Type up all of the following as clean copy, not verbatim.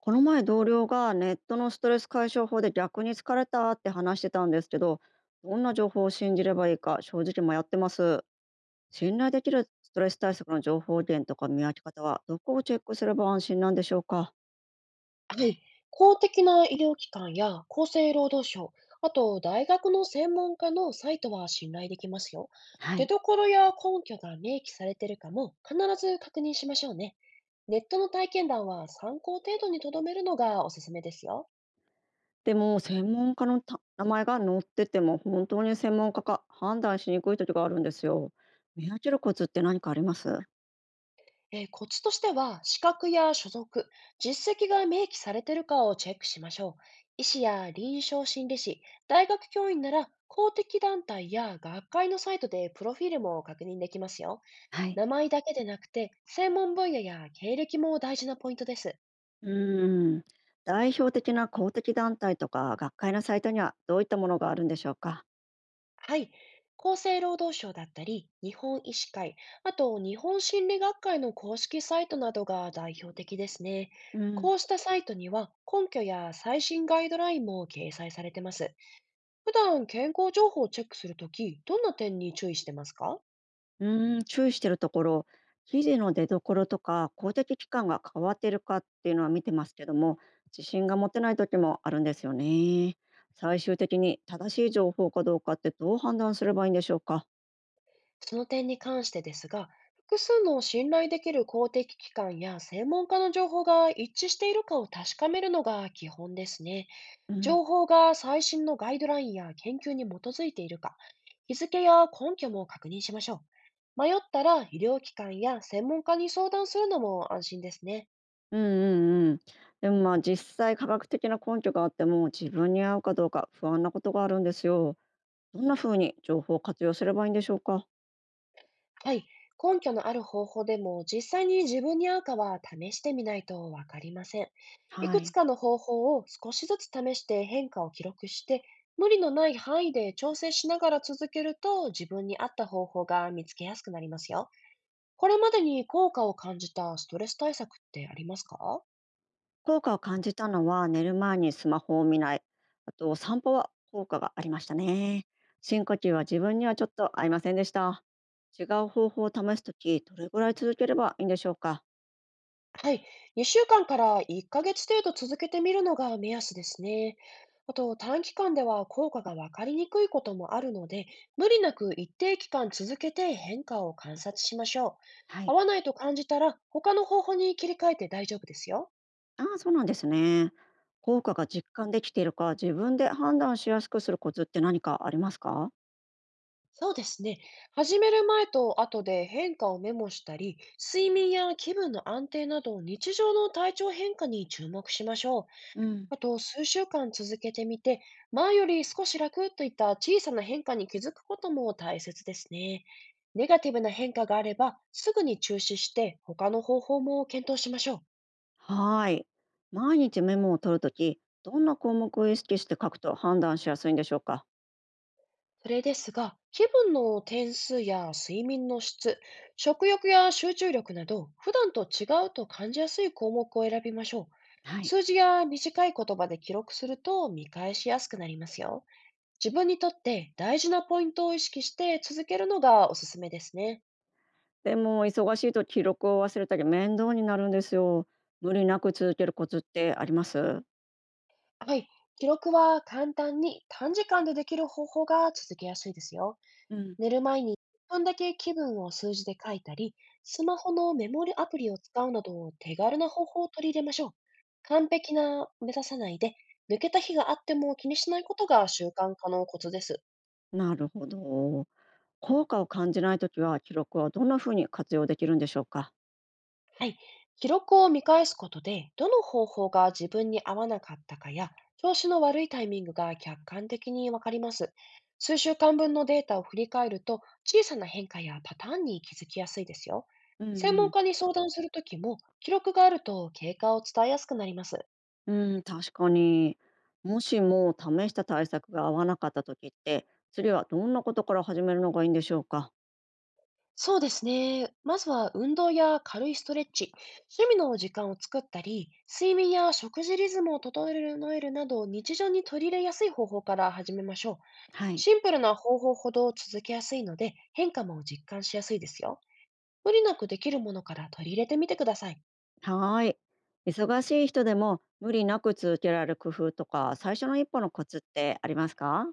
この前同僚がネットのストレス解消法で逆に疲れたって話してたんですけど、どんな情報を信じればいいか正直迷ってます。信頼できるストレス対策の情報源とか見分け方はどこをチェックすれば安心なんでしょうか。はい、公的な医療機関や厚生労働省、あと大学の専門家のサイトは信頼できますよ。は出い。所や根拠が明記されているかも必ず確認しましょうね。ネットの体験談は参考程度にとどめるのがおすすめですよ。でも専門家の名前が載ってても本当に専門家か判断しにくい時があるんですよ。見分けるコツって何かあります？コツとしては、資格や所属、実績が明記されているかをチェックしましょう。医師や臨床心理士、大学教員なら公的団体や学会のサイトでプロフィールも確認できますよ。はい。名前だけでなくて、専門分野や経歴も大事なポイントです。うーん。代表的な公的団体とか学会のサイトにはどういったものがあるんでしょうか。はい。厚生労働省だったり、日本医師会、あと日本心理学会の公式サイトなどが代表的ですね。うん、こうしたサイトには根拠や最新ガイドラインも掲載されてます。普段健康情報をチェックするとき、どんな点に注意してますか？注意してるところ、生地の出所とか公的機関が変わってるかっていうのは見てますけども、自信が持てない時もあるんですよね。最終的に正しい情報かどうかってどう判断すればいいんでしょうか。その点に関してですが、複数の信頼できる公的機関や専門家の情報が一致しているかを確かめるのが基本ですね。うん、情報が最新のガイドラインや研究に基づいているか、日付や根拠も確認しましょう。迷ったら医療機関や専門家に相談するのも安心ですね。うん、うん、うん。でもまあ実際科学的な根拠があっても自分に合うかどうか不安なことがあるんですよ。どんな風に情報を活用すればいいんでしょうか。はい。根拠のある方法でも実際に自分に合うかは試してみないとわかりません。いはくつい。かの方法を少しずつ試して変化を記録して、無理のない範囲で調整しながら続けると自分に合った方法が見つけやすくなりますよ。これまでに効果を感じたストレス対策ってありますか？効果を感じたのは寝る前にスマホを見ない。あと散歩は効果がありましたね。深呼吸は自分にはちょっと合いませんでした。違う方法を試すとき、どれぐらい続ければいいんでしょうか。はい。2週間かんから1ヶ月程度続けてみるのが目安ですね。あと、短期間では効果がわかりにくいこともあるので、無理なく一定期間続けて変化を観察しましょう。は合い。わないと感じたら、他の方法に切り替えて大丈夫ですよ。ああ、そうなんですね。効果が実感できているか、自分で判断しやすくするコツって何かありますか？そうですね。始める前と後で変化をメモしたり、睡眠や気分の安定など日常の体調変化に注目しましょう。うん、あと、数週間続けてみて、前より少し楽といった小さな変化に気づくことも大切ですね。ネガティブな変化があれば、すぐに中止して他の方法も検討しましょう。はーい。毎日メモを取るとき、どんな項目を意識して書くと判断しやすいんでしょうか。それですが、気分の点数や睡眠の質、食欲や集中力など、普段と違うと感じやすい項目を選びましょう。はい。数字や短い言葉で記録すると見返しやすくなりますよ。自分にとって大事なポイントを意識して続けるのがおすすめですね。でも忙しいと記録を忘れたり面倒になるんですよ。無理なく続けるコツってあります？はい。記録は簡単に短時間でできる方法が続けやすいですよ。うん、寝る前に1分だけ気分を数字で書いたり、スマホのメモリアプリを使うなど手軽な方法を取り入れましょう。完璧な目指さないで、抜けた日があっても気にしないことが習慣化のコツです。なるほど。効果を感じないときは記録はどんなふうに活用できるんでしょうか？はい。記録を見返すことで、どの方法が自分に合わなかったかや、調子の悪いタイミングが客観的にわかります。数週間分のデータを振り返ると、小さな変化やパターンに気づきやすいですよ。うん、専う門ん、家に相談するときも、記録があると経過を伝えやすくなります。うん、確かに。もしも試した対策が合わなかったときって、次はどんなことから始めるのがいいんでしょうか？そうですね。まずは運動や軽いストレッチ、趣味の時間を作ったり、睡眠や食事リズムを整えるなど、日常に取り入れやすい方法から始めましょう。はい。シンプルな方法ほど続けやすいので、変化も実感しやすいですよ。無理なくできるものから取り入れてみてください。はーい。忙しい人でも無理なく続けられる工夫とか、最初の一歩のコツってありますか？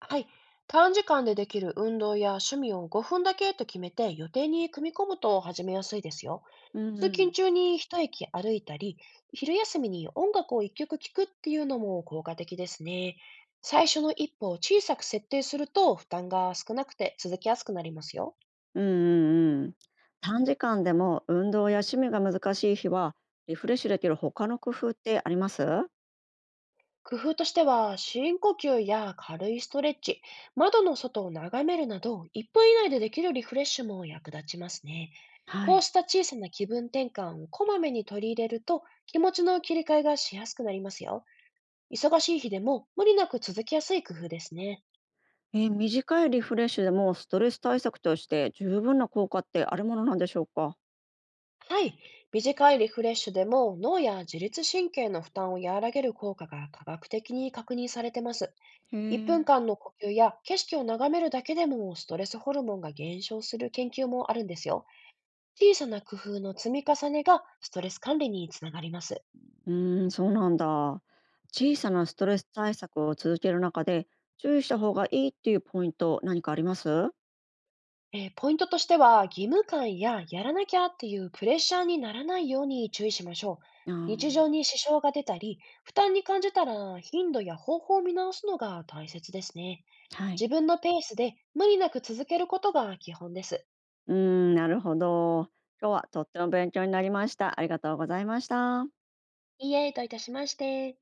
はい。短時間でできる運動や趣味を5分だけと決めて予定に組み込むと始めやすいですよ。うん、通う勤中ん、に一息歩いたり、昼休みに音楽を一曲聴くっていうのも効果的ですね。最初の一歩を小さく設定すると負担が少なくて続きやすくなりますよ。うん、うん、うん。短時間でも運動や趣味が難しい日は、リフレッシュできる他の工夫ってあります？工夫としては、深呼吸や軽いストレッチ、窓の外を眺めるなど、1分以内でできるリフレッシュも役立ちますね。はこうい。した小さな気分転換をこまめに取り入れると、気持ちの切り替えがしやすくなりますよ。忙しい日でも無理なく続きやすい工夫ですね。短いリフレッシュでもストレス対策として十分な効果ってあるものなんでしょうか？はい。短いリフレッシュでも脳や自律神経の負担を和らげる効果が科学的に確認されてます。へ1え。分間の呼吸や景色を眺めるだけでもストレスホルモンが減少する研究もあるんですよ。小さな工夫の積み重ねがストレス管理につながります。うーん、そうなんだ。小さなストレス対策を続ける中で注意した方がいいっていうポイント何かあります？ポイントとしては、義務感ややらなきゃっていうプレッシャーにならないように注意しましょう。あ日常ー、に支障が出たり、負担に感じたら頻度や方法を見直すのが大切ですね。はい。自分のペースで無理なく続けることが基本です。うーん、なるほど。今日はとっても勉強になりました。ありがとうございました。いいえ、どういたしまして。